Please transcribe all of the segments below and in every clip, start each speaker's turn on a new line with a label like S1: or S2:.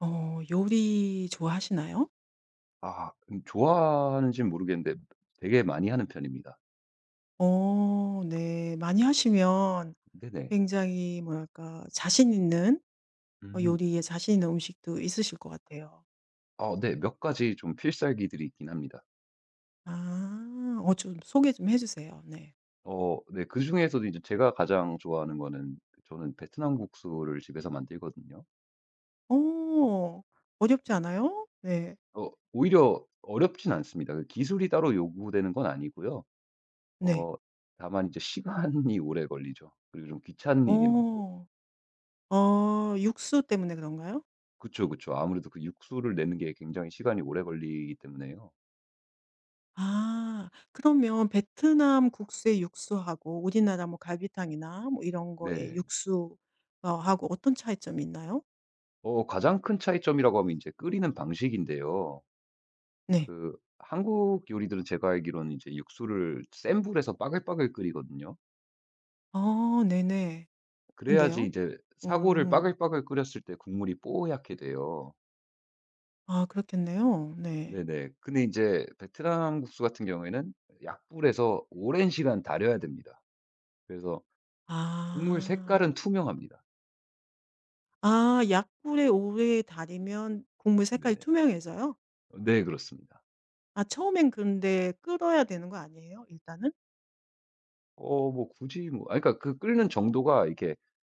S1: 어 요리 좋아하시나요?
S2: 좋아하는지는 모르겠는데 되게 많이 하는 편입니다.
S1: 어 네. 많이 하시면
S2: 네네.
S1: 굉장히 뭐랄까 자신 있는 어
S2: 음.
S1: 요리에 자신 있는 음식도 있으실 것 같아요.
S2: 네. 몇 가지 좀 필살기들이 있긴 합니다.
S1: 아. 어 좀
S2: 네.
S1: 소개 좀 해 주세요. 네.
S2: 네, 그중에서도 이제 제가 가장 좋아하는 거는 저는 베트남 국수를 집에서 만들거든요.
S1: 어. 어렵지
S2: 네.
S1: 않아요? 네.
S2: 오히려 어렵진 않습니다. 그 기술이 따로 요구되는 건 아니고요.
S1: 네.
S2: 어 다만 이제 시간이 오래 걸리죠. 그리고 좀 귀찮은 일이 많고.
S1: 어. 어 육수 때문에 그런가요?
S2: 그쵸, 그쵸. 아무래도 그 육수를 내는 게 굉장히 시간이 오래 걸리기 때문에요.
S1: 아. 그러면 베트남 국수의 육수하고 우리나라 뭐 갈비탕이나 뭐 이런 거의
S2: 네.
S1: 육수 어 하고 어떤 차이점이 있나요?
S2: 가장 큰 차이점이라고 하면 이제 끓이는 방식인데요.
S1: 네.
S2: 그 한국 요리들은 제가 알기로는 이제 육수를 센 불에서 빠글빠글 끓이거든요.
S1: 아 네네.
S2: 그래야지
S1: 근데요?
S2: 이제 사골을
S1: 음.
S2: 빠글빠글 끓였을 때 국물이 뽀얗게 돼요.
S1: 아 그렇겠네요. 네.
S2: 네네. 근데 이제 베트남 국수 같은 경우에는 약불에서 오랜 시간 달여야 됩니다. 그래서 국물 색깔은
S1: 아.
S2: 투명합니다.
S1: 아 약불에 오래 달이면 국물 색깔이
S2: 네네.
S1: 투명해져요?
S2: 네, 그렇습니다.
S1: 아 처음엔 근데 끓어야 되는 거 아니에요 일단은?
S2: 굳이 뭐 그러니까 그 끓는 정도가 이렇게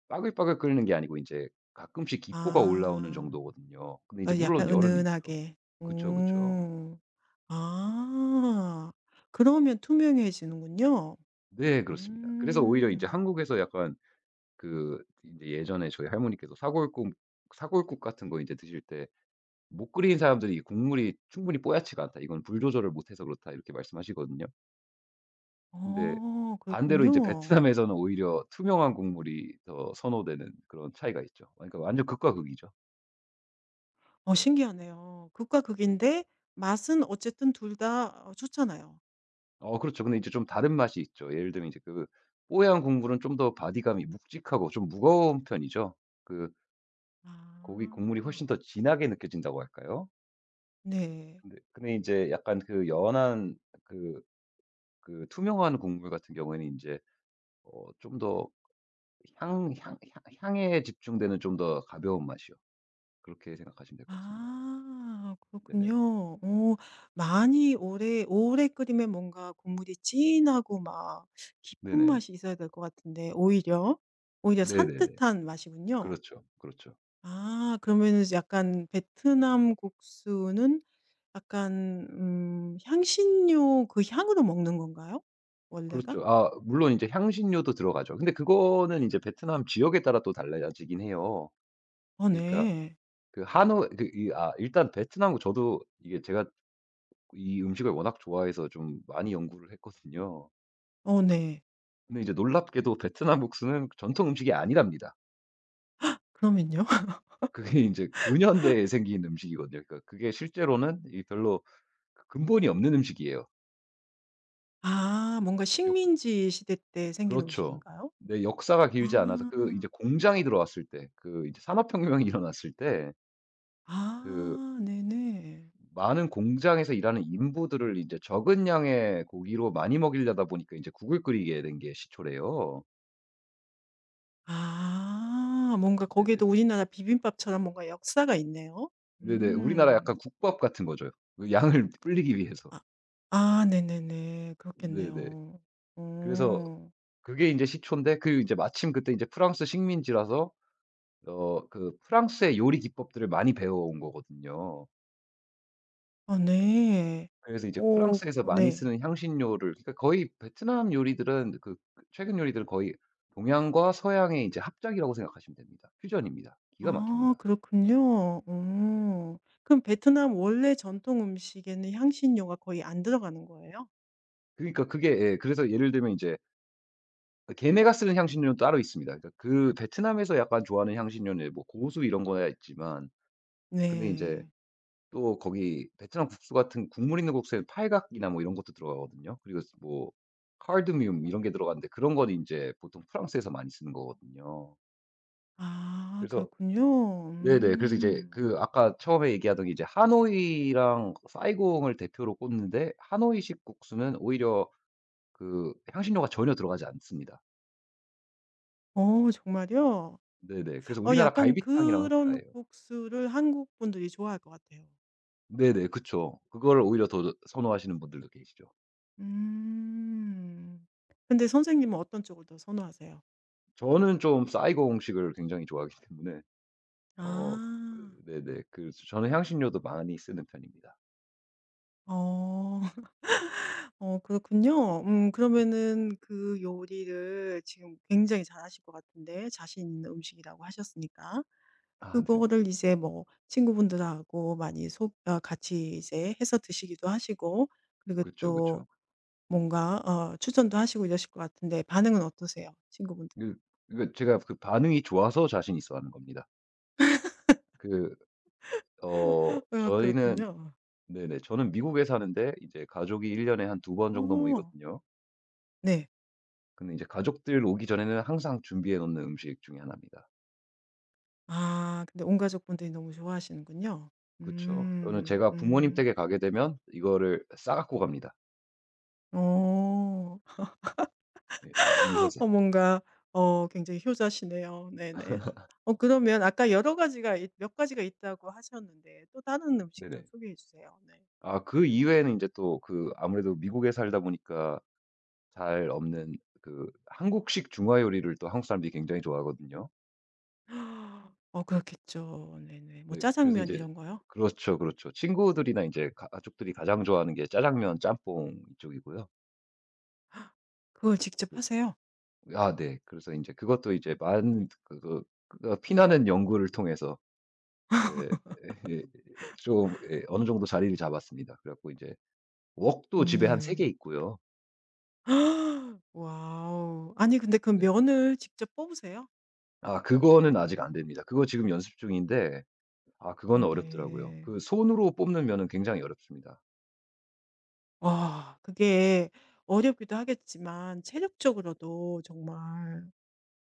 S2: 빠글빠글 끓는 게 아니고 이제 가끔씩 기포가 올라오는
S1: 아.
S2: 정도거든요. 근데 이제
S1: 어
S2: 물론
S1: 약간
S2: 열은 있죠.
S1: 은은하게.
S2: 그쵸, 그쵸.
S1: 음. 아. 그러면 투명해지는군요.
S2: 네, 그렇습니다. 그래서 오히려 이제
S1: 음.
S2: 한국에서 약간 그제 예전에 저희 할머니께서 사골국 같은 거 이제 드실 때 "못 끓인 사람들이 이 국물이 충분히 뽀얗지가 않다. 이건 불 조절을 못해서 그렇다." 이렇게 말씀하시거든요. 근데
S1: 어
S2: 반대로 이제
S1: 그렇군요.
S2: 베트남에서는 오히려 투명한 국물이 더 선호되는 그런 차이가 있죠. 그러니까 완전 극과 극이죠. 네.
S1: 어 신기하네요. 극과 극인데 맛은 어쨌든 둘다 어 좋잖아요.
S2: 그렇죠. 근데 이제 좀 다른 맛이 있죠. 예를 들면 이제 그 뽀얀 국물은 좀 더 바디감이 묵직하고 좀 무거운 편이죠. 그
S1: 아.
S2: 고기 국물이 훨씬 더 진하게 느껴진다고 할까요?
S1: 네.
S2: 근데 제 약간 그 연한 그 그 투명한 국물 같은 경우에는 이제 좀 더 향 향 향 향에 집중되는 좀 더 가벼운 맛이요. 그렇게 생각하시면 될 것 같습니다.
S1: 아
S2: 네네.
S1: 그렇군요. 오 많이 오래 오래 끓이면 뭔가 국물이 진하고 막 깊은
S2: 네네.
S1: 맛이 있어야 될 것 같은데 오히려, 오히려
S2: 네네네.
S1: 산뜻한 맛이군요.
S2: 그렇죠, 그렇죠.
S1: 아 그러면은 약간 베트남 국수는 약간 향신료 그 향으로 먹는 건가요? 원래가?
S2: 그렇죠. 물론 인제 향신료도 들어가죠. 근데 그거는 인제 베트남 지역에 따라 또 달라지긴 해요.
S1: 어
S2: 그러니까
S1: 네.
S2: 그 하노이 그 이 일단 베트남 저도 이게 제가 이 음식을 워낙 좋아해서 좀 많이 연구를 했거든요.
S1: 어 네.
S2: 근데 이제 놀랍게도 베트남 국수는 전통 음식이 아니랍니다.
S1: 그러면요?
S2: 그게 인제 근현대에 생긴 음식이거든요. 그러니까 그게 실제로는 이 별로 근본이 없는 음식이에요.
S1: 아 뭔가
S2: 역
S1: 식민지 시대 때 생긴
S2: 그렇죠.
S1: 음식인가요?
S2: 네, 역사가 길지 않아서 그 이제
S1: 아.
S2: 공장이 들어왔을 때 그 이제 산업혁명이 일어났을 때 그
S1: 아 네네.
S2: 많은 공장에서 일하는 인부들을 이제 적은 양의 고기로 많이 먹이려다 보니까 이제 국을 끓이게 된 게 시초래요.
S1: 아 뭔가 거기에도
S2: 네네네.
S1: 우리나라 비빔밥처럼 뭔가 역사가 있네요.
S2: 네네. 우리나라
S1: 음.
S2: 약간 국밥 같은 거죠. 그 양을 불리기 위해서.
S1: 아 아 네네네.
S2: 네네.
S1: 그렇겠네요.
S2: 그래서
S1: 어.
S2: 그게 이제 시초인데 그 이제 마침 그때 이제 프랑스 식민지라서 그 프랑스의 요리 기법들을 많이 배워온 거거든요.
S1: 아 네.
S2: 그래서 이제
S1: 오,
S2: 프랑스에서 많이
S1: 네.
S2: 쓰는 향신료를 그러니까 거의 베트남 요리들은 그 최근 요리들은 거의 동양과 서양의 이제 합작이라고 생각하시면 됩니다. 퓨전입니다. 기가
S1: 아
S2: 막힙니다.
S1: 그렇군요.
S2: 네.
S1: 음. 그럼 베트남 원래 전통 음식에는 향신료가 거의 안 들어가는 거예요?
S2: 그러니까 그게 예 그래서 예를 들면 이제 그 걔네가 쓰는 향신료는 따로 있습니다. 그러니까 그 베트남에서 약간 좋아하는 향신료는 뭐 고수 이런 거야 있지만 근데 이제
S1: 네.
S2: 또 거기 베트남 국수 같은 국물 있는 국수에 팔각이나 뭐 이런 것도 들어가거든요. 그리고 뭐 카르뮴 이런 게 들어가는데 그런 건 이제 보통 프랑스에서 많이 쓰는 거거든요.
S1: 아
S2: 그래서
S1: 그렇군요.
S2: 네네. 그래서
S1: 음.
S2: 이제 그 아까 처음에 얘기하던 이제 하노이랑 사이공을 대표로 꼽는데 하노이식 국수는 오히려 그 향신료가 전혀 들어가지 않습니다.
S1: 음. 어 정말요?
S2: 네네. 그래서
S1: 어
S2: 우리나라
S1: 약간
S2: 갈비탕이랑
S1: 그런
S2: 흡사해요.
S1: 국수를 한국 분들이 좋아할 것 같아요.
S2: 네네. 그쵸. 그거를 오히려 더 선호하시는 분들도 계시죠.
S1: 음. 근데 선생님은 어떤 쪽을 더 선호하세요?
S2: 저는 좀 사이공식을 굉장히 좋아하기 때문에 어 그
S1: 아.
S2: 네네. 그 저는 향신료도 많이 쓰는 편입니다.
S1: 어. 어 그렇군요.
S2: 네.
S1: 그러면은 그 요리를 지금 굉장히 잘하실 것 같은데 자신 있는 음식이라고 하셨으니까.
S2: 네네.
S1: 그거를 이제 뭐 친구분들하고 많이 소 어 같이 이제 해서 드시기도 하시고 그리고
S2: 그쵸,
S1: 또
S2: 그쵸.
S1: 뭔가 어 추천도 하시고 이러실 것 같은데 반응은 어떠세요? 친구분들.
S2: 그 그러니까 제가 그 반응이 좋아서 자신 있어 하는 겁니다. 그
S1: 어,
S2: 저희는
S1: 그렇군요.
S2: 네네. 저는 미국에 사는데 이제 가족이 1 년에 한 두 번 정도
S1: 어
S2: 모이거든요.
S1: 네.
S2: 근데 이제 가족들 오기 전에는 항상 준비해 놓는 음식 중에 하나입니다.
S1: 아 근데 온 가족분들이 너무 좋아하시는군요.
S2: 그쵸. 또는
S1: 음.
S2: 제가 부모님
S1: 음.
S2: 댁에 가게 되면 이거를 싸 갖고 갑니다.
S1: 어.
S2: 예예. 미리해서.
S1: 어 뭔가 어 굉장히 효자시네요. 네네. 어 그러면 아까 여러 가지가 있 몇 가지가 있다고 하셨는데 또 다른 음식 좀
S2: 네네.
S1: 소개해 주세요. 네.
S2: 그 이외에는 이제 또 그 아무래도 미국에 살다 보니까 잘 없는 그 한국식 중화 요리를 또 한국 사람들이 굉장히 좋아하거든요.
S1: 어 그렇겠죠. 네네. 뭐
S2: 네. 그래서
S1: 짜장면
S2: 이제
S1: 이런 거요?
S2: 그렇죠, 그렇죠. 친구들이나 이제 가족들이 가장 좋아하는 게 짜장면, 짬뽕 이쪽이고요.
S1: 그걸 직접
S2: 그래서
S1: 하세요?
S2: 네. 그래서 인제 그것도 이제 만 그거 그거 피나는 연구를 통해서 인제 예 좀 예 어느 정도 자리를 잡았습니다. 그래 갖고 이제 웍도 집에 한 3개
S1: 네.
S2: 있고요.
S1: 와우. 아니 근데 그
S2: 네.
S1: 면을 직접 뽑으세요?
S2: 그거는 아직 안 됩니다. 그거 지금 연습 중인데
S1: 어
S2: 그거는 어렵더라고요.
S1: 네.
S2: 그 손으로 뽑는 면은 굉장히 어렵습니다.
S1: 와 그게 어렵기도 하겠지만 체력적으로도 정말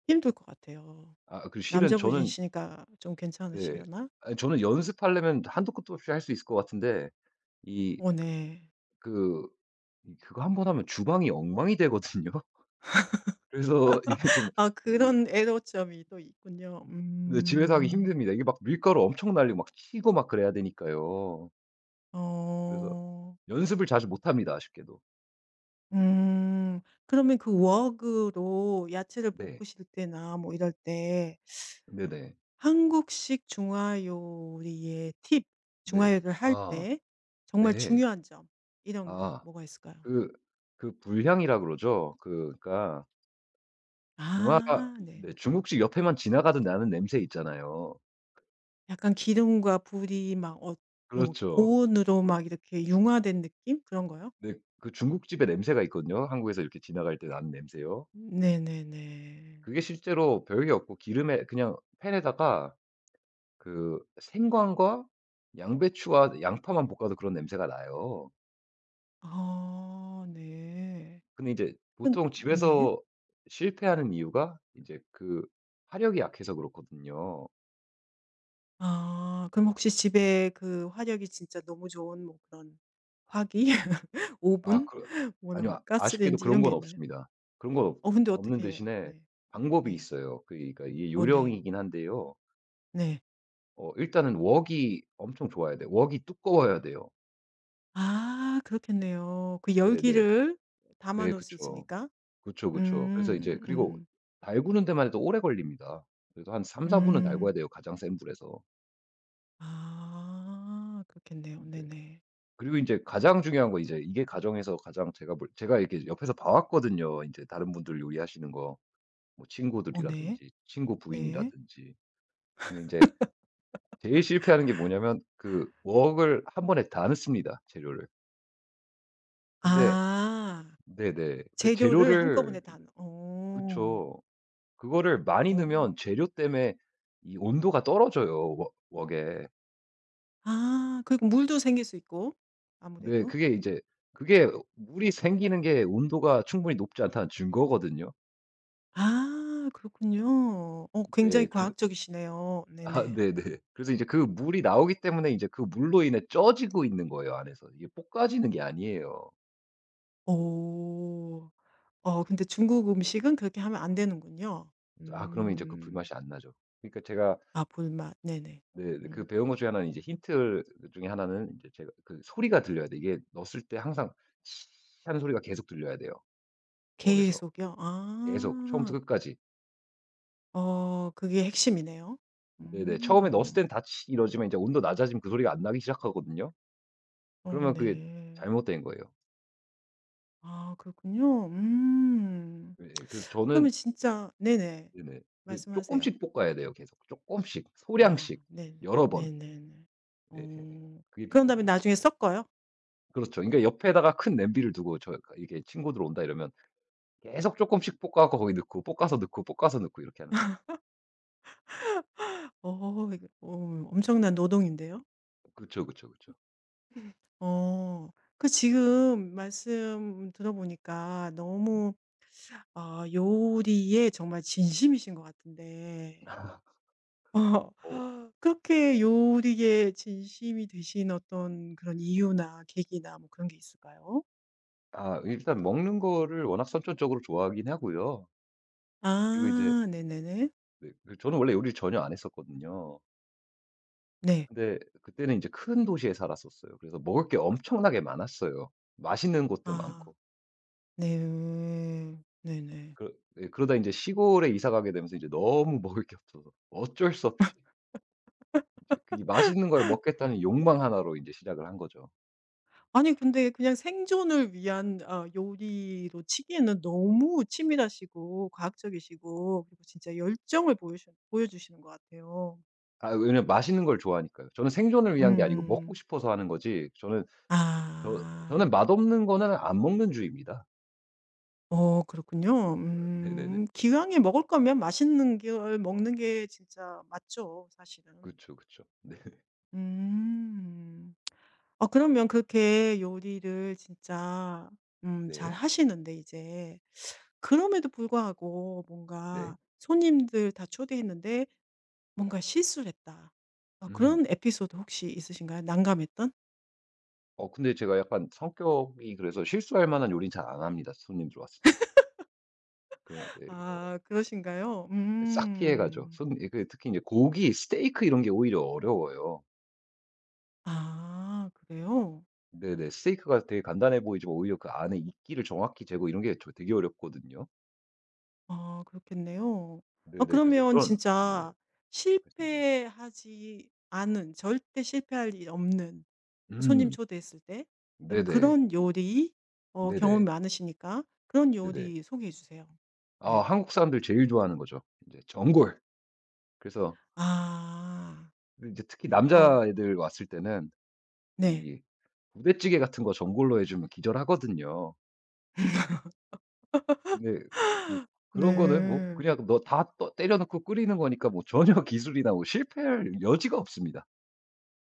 S1: 힘들 것 같아요.
S2: 그 실은 저는
S1: 남자분이시니까 좀
S2: 네.
S1: 괜찮으시려나?
S2: 아니 저는 연습하려면 한도 끝도 없이 할 수 있을 것 같은데 이
S1: 어 네.
S2: 그 이 그거 한 번 하면 주방이 엉망이 되거든요. 그래서 이게 좀
S1: 아
S2: 으,
S1: 그런 애로점이 또 있군요.
S2: 네 집에서 하기
S1: 음.
S2: 힘듭니다. 이게 막 밀가루 엄청 날리고 막 치고 막 그래야 되니까요. 그래서
S1: 어.
S2: 연습을 자주 못 합니다, 아쉽게도.
S1: 음. 그러면 그 웍으로 야채를
S2: 네.
S1: 볶으실 때나 뭐 이럴 때
S2: 네네.
S1: 한국식 중화 요리의 팁,
S2: 네.
S1: 중화 요리를 할
S2: 아
S1: 때 정말
S2: 네.
S1: 중요한 점 이런 거
S2: 아
S1: 뭐가 있을까요?
S2: 그 그 불향이라 그러죠. 그 그러니까 중화
S1: 아 네.
S2: 네 중국집 옆에만 지나가도 나는 냄새 있잖아요.
S1: 약간 기름과 불이 막 어 뭐
S2: 그렇죠.
S1: 고온으로 막 이렇게 융화된 느낌 그런 거요?
S2: 네. 그 중국집의 냄새가 있거든요. 한국에서 이렇게 지나갈 때 나는 냄새요.
S1: 네네네.
S2: 그게 실제로 별게 없고 기름에 그냥 팬에다가 그 생강과 양배추와 양파만 볶아도 그런 냄새가 나요.
S1: 아 네.
S2: 근데 이제
S1: 근
S2: 보통
S1: 네.
S2: 집에서 실패하는 이유가 이제 그 화력이 약해서 그렇거든요.
S1: 아. 그럼 혹시 집에 그 화력이 진짜 너무 좋은 뭐 그런 화기,
S2: 아
S1: 오븐,
S2: 그
S1: 뭐라고
S2: 아니요. 아쉽게도
S1: 가스레인지
S2: 그런
S1: 이런 게
S2: 건
S1: 있나요?
S2: 없습니다. 그런 건 없
S1: 어 근데
S2: 없는
S1: 어떻게 해요?
S2: 대신에
S1: 네.
S2: 방법이
S1: 네.
S2: 있어요. 그 그러니까 이게
S1: 어 네.
S2: 요령이긴 한데요.
S1: 네.
S2: 일단은 웍이 엄청 좋아야 돼요. 웍이 두꺼워야 돼요.
S1: 아 그렇겠네요. 그
S2: 네네. 네
S1: 열기를 담아
S2: 네,
S1: 놓을 수
S2: 그쵸.
S1: 있으니까.
S2: 그쵸, 그쵸. 그래서 이제
S1: 음.
S2: 그리고
S1: 음.
S2: 달구는 데만 해도 오래 걸립니다. 그래도 한 3~4분 분은 달궈야
S1: 음.
S2: 돼요, 가장 센 불에서.
S1: 아. 그렇겠네요.
S2: 네.
S1: 네네.
S2: 그리고 이제 가장 중요한 거 이제 이게 가정에서 가장 제가 볼 제가 이렇게 옆에서 봐왔거든요. 이제 다른 분들 요리하시는 거 뭐
S1: 어 네.
S2: 친구들이라든지 친구
S1: 네.
S2: 부인이라든지. 근데 이제 제일 실패하는 게 뭐냐면 그 웍을 한 번에 다 넣습니다, 재료를. 근데
S1: 아.
S2: 네네. 그
S1: 재료를
S2: 재료를
S1: 한꺼번에 다 넣 어.
S2: 그쵸. 그거를 많이
S1: 어.
S2: 넣으면 재료 때문에 이 온도가 떨어져요, 웍 웍에.
S1: 아 그리고 물도 생길 수 있고
S2: 네.
S1: 아무래도.
S2: 그게 이제 그게 물이 생기는 게 온도가 충분히 높지 않다는 증거거든요.
S1: 아 그렇군요. 어 굉장히
S2: 네. 그
S1: 과학적이시네요. 네네.
S2: 네네. 그래서 이제 그 물이 나오기 때문에 이제 그 물로 인해 쪄지고 있는 거예요 안에서. 이게 볶아지는 게 아니에요.
S1: 오, 어 근데 중국 음식은 그렇게 하면 안 되는군요.
S2: 그러면 이제 그
S1: 음.
S2: 불맛이 안 나죠. 그러니까 제가
S1: 아 불맛. 네네.
S2: 네 네, 그
S1: 음.
S2: 배운 것 중에 하나는 이제 힌트 중에 하나는 이제 제가 그 소리가 들려야 돼 이게 넣었을 때 항상 "치" 하는 소리가 계속 들려야 돼요 웍에서.
S1: 계속이요?
S2: 계속
S1: 아.
S2: 처음부터 끝까지.
S1: 어 그게 핵심이네요.
S2: 네네. 처음에 넣었을
S1: 음.
S2: 때는 다 "치" 이러지만 이제 온도 낮아지면 그 소리가 안 나기 시작하거든요.
S1: 어
S2: 그러면 그게
S1: 네.
S2: 잘못된 거예요.
S1: 아 그렇군요. 음.
S2: 예. 그래서
S1: 그러면
S2: 저는
S1: 진짜 네네.
S2: 네네. 그
S1: 말씀하세요.
S2: 쪼끔씩 볶아야 돼요 계속. 쪼끔씩,
S1: 아
S2: 소량씩,
S1: 네.
S2: 여러 번.
S1: 네네네.
S2: 예예예.
S1: 어.
S2: 그게
S1: 그런 다음에
S2: 비법입니다.
S1: 나중에 섞어요?
S2: 그렇죠. 그러니까 옆에다가 큰 냄비를 두고 저 그러니까 이게 친구들 온다 이러면 계속 쪼끔씩 볶아 갖고 거기 넣고 볶아서 넣고 볶아서 넣고 이렇게 하는 거죠.
S1: 어 이거 어 엄청난 노동인데요.
S2: 그쵸, 그쵸, 그쵸.
S1: 어. 그 지금 말씀 들어보니까 너무 아 요리에 정말 진심이신 것 같은데 어
S2: 어
S1: 그렇게 요리에 진심이 되신 어떤 그런 이유나 계기나 뭐 그런 게 있을까요?
S2: 일단 먹는 거를 워낙 선천적으로 좋아하긴 하고요. 그리고 이제
S1: 아 네네네. 네. 네.
S2: 네 그 저는 원래 요리를 전혀 안 했었거든요.
S1: 네,
S2: 근데 그때는 이제 큰 도시에 살았었어요. 그래서 먹을 게 엄청나게 많았어요. 맛있는 곳도
S1: 아
S2: 많고.
S1: 네. 네네.
S2: 그러 예 그러다 이제 시골에 이사 가게 되면서 이제 너무 먹을 게 없어서 어쩔 수 없이 이제 그이 맛있는 걸 먹겠다는 욕망 하나로 이제 시작을 한 거죠.
S1: 아니 근데 그냥 생존을 위한 아 요리로 치기에는 너무 치밀하시고 과학적이시고 그리고 진짜 열정을 보여주시는 것 같아요.
S2: 왜냐면 맛있는 걸 좋아하니까요. 저는 생존을
S1: 음
S2: 위한 게 아니고 먹고
S1: 음.
S2: 싶어서 하는 거지 저는 저는
S1: 아.
S2: 맛없는 거는 안 먹는 주의입니다.
S1: 어 그렇군요.
S2: 네네네.
S1: 음. 기왕에 먹을 거면 맛있는 걸 먹는 게 진짜 맞죠, 사실은.
S2: 그쵸, 그쵸. 네.
S1: 음. 아 그러면 그렇게 요리를 진짜
S2: 네.
S1: 잘하시는데 이제 그럼에도 불구하고
S2: 네.
S1: 뭔가 손님들 다 초대했는데 뭔가 실수를 했다. 아
S2: 음.
S1: 그런 에피소드 혹시 있으신가요? 난감했던?
S2: 근데 제가 약간 성격이 그래서 실수할 만한 요리는 잘 안 합니다, 손님들 왔을 때는. 그 네어
S1: 아 그러신가요?
S2: 네, 싹 피해 가죠.
S1: 음.
S2: 손 예 그 특히 이제 고기, 스테이크 이런 게 오히려 어려워요.
S1: 아 그래요?
S2: 네네. 스테이크가 되게 간단해 보이지만 오히려 그 안에 이끼를 정확히 재고 이런 게 저 되게 어렵거든요.
S1: 아 그렇겠네요. 아
S2: 네네. 그래서
S1: 그러면
S2: 그런 네네.
S1: 진짜
S2: 말씀하세요.
S1: 실패하지 않은 절대 실패할 일 없는 손님
S2: 음.
S1: 초대했을 때. 예 뭐
S2: 네네.
S1: 그런 요리 어 경험이
S2: 네네.
S1: 많으시니까 그런
S2: 네네.
S1: 요리 소개해 주세요. 네.
S2: 한국 사람들 제일 좋아하는 거죠. 이제 전골. 그래서
S1: 아.
S2: 이제 특히
S1: 어
S2: 남자애들 왔을 때는
S1: 네.
S2: 이 부대찌개 같은 거 전골로 해 주면 기절하거든요. 근데 뭐 그런 거는 뭐
S1: 네.
S2: 그냥 너 다 떠 때려 넣고 끓이는 거니까 뭐 전혀 기술이나 뭐 실패할 여지가 없습니다.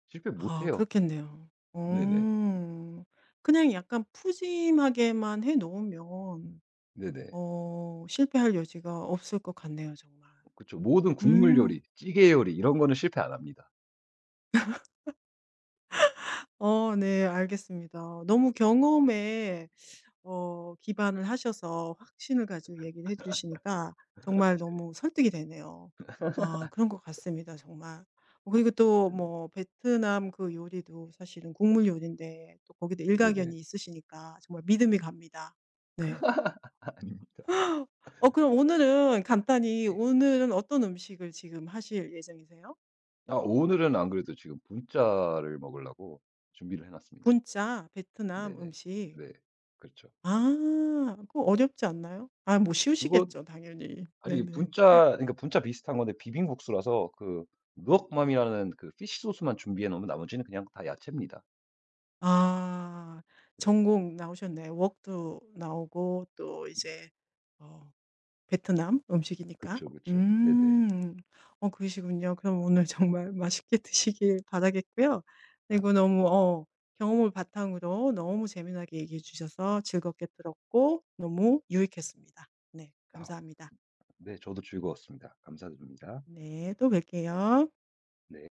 S2: 실패 못
S1: 아
S2: 해요.
S1: 그렇겠네요.
S2: 네네.
S1: 음, 그냥 약간 푸짐하게만 해 놓으면
S2: 네네.
S1: 어 실패할 여지가 없을 것 같네요 정말.
S2: 그쵸. 모든 국물
S1: 음.
S2: 요리, 찌개 요리 이런 거는 실패 안 합니다.
S1: 어 네 알겠습니다. 너무 경험에 어 기반을 하셔서 확신을 가지고 얘기를 해 주시니까 정말 너무 설득이 되네요. 아 그런 것 같습니다 정말. 어 그리고 또
S2: 네네.
S1: 뭐 베트남 그 요리도 사실은 국물 요리인데 또 거기도 일가견이
S2: 네네.
S1: 있으시니까 정말 믿음이 갑니다. 네.
S2: 아닙니다.
S1: 어 그럼 오늘은 간단히
S2: 네.
S1: 오늘은 어떤 음식을 지금 하실 예정이세요?
S2: 오늘은 안 그래도 지금 분짜를 먹으려고 준비를 해 놨습니다.
S1: 분짜 베트남
S2: 네네.
S1: 음식.
S2: 네. 그렇죠.
S1: 아 그거 어렵지 않나요? 아 뭐
S2: 그거
S1: 쉬우시겠죠 당연히.
S2: 아니
S1: 네네.
S2: 분짜 그러니까 분짜 비슷한 건데 비빔국수라서 그 누엌맘이라는 그 피쉬 소스만 준비해 놓으면 나머지는 그냥 다 야채입니다.
S1: 아.
S2: 네.
S1: 전공 나오셨네 웍도 나오고 또 이제 어 베트남 음식이니까.
S2: 그쵸, 그쵸. 네네.
S1: 음. 어 그러시군요. 그럼 오늘 정말 맛있게 드시길 바라겠고요. 그리고
S2: 아
S1: 너무 어 경험을 바탕으로 너무 재미나게 얘기해 주셔서 즐겁게 들었고 너무 유익했습니다. 네.
S2: 아
S1: 감사합니다.
S2: 네, 저도 즐거웠습니다. 감사드립니다.
S1: 네. 또 뵐게요.
S2: 네.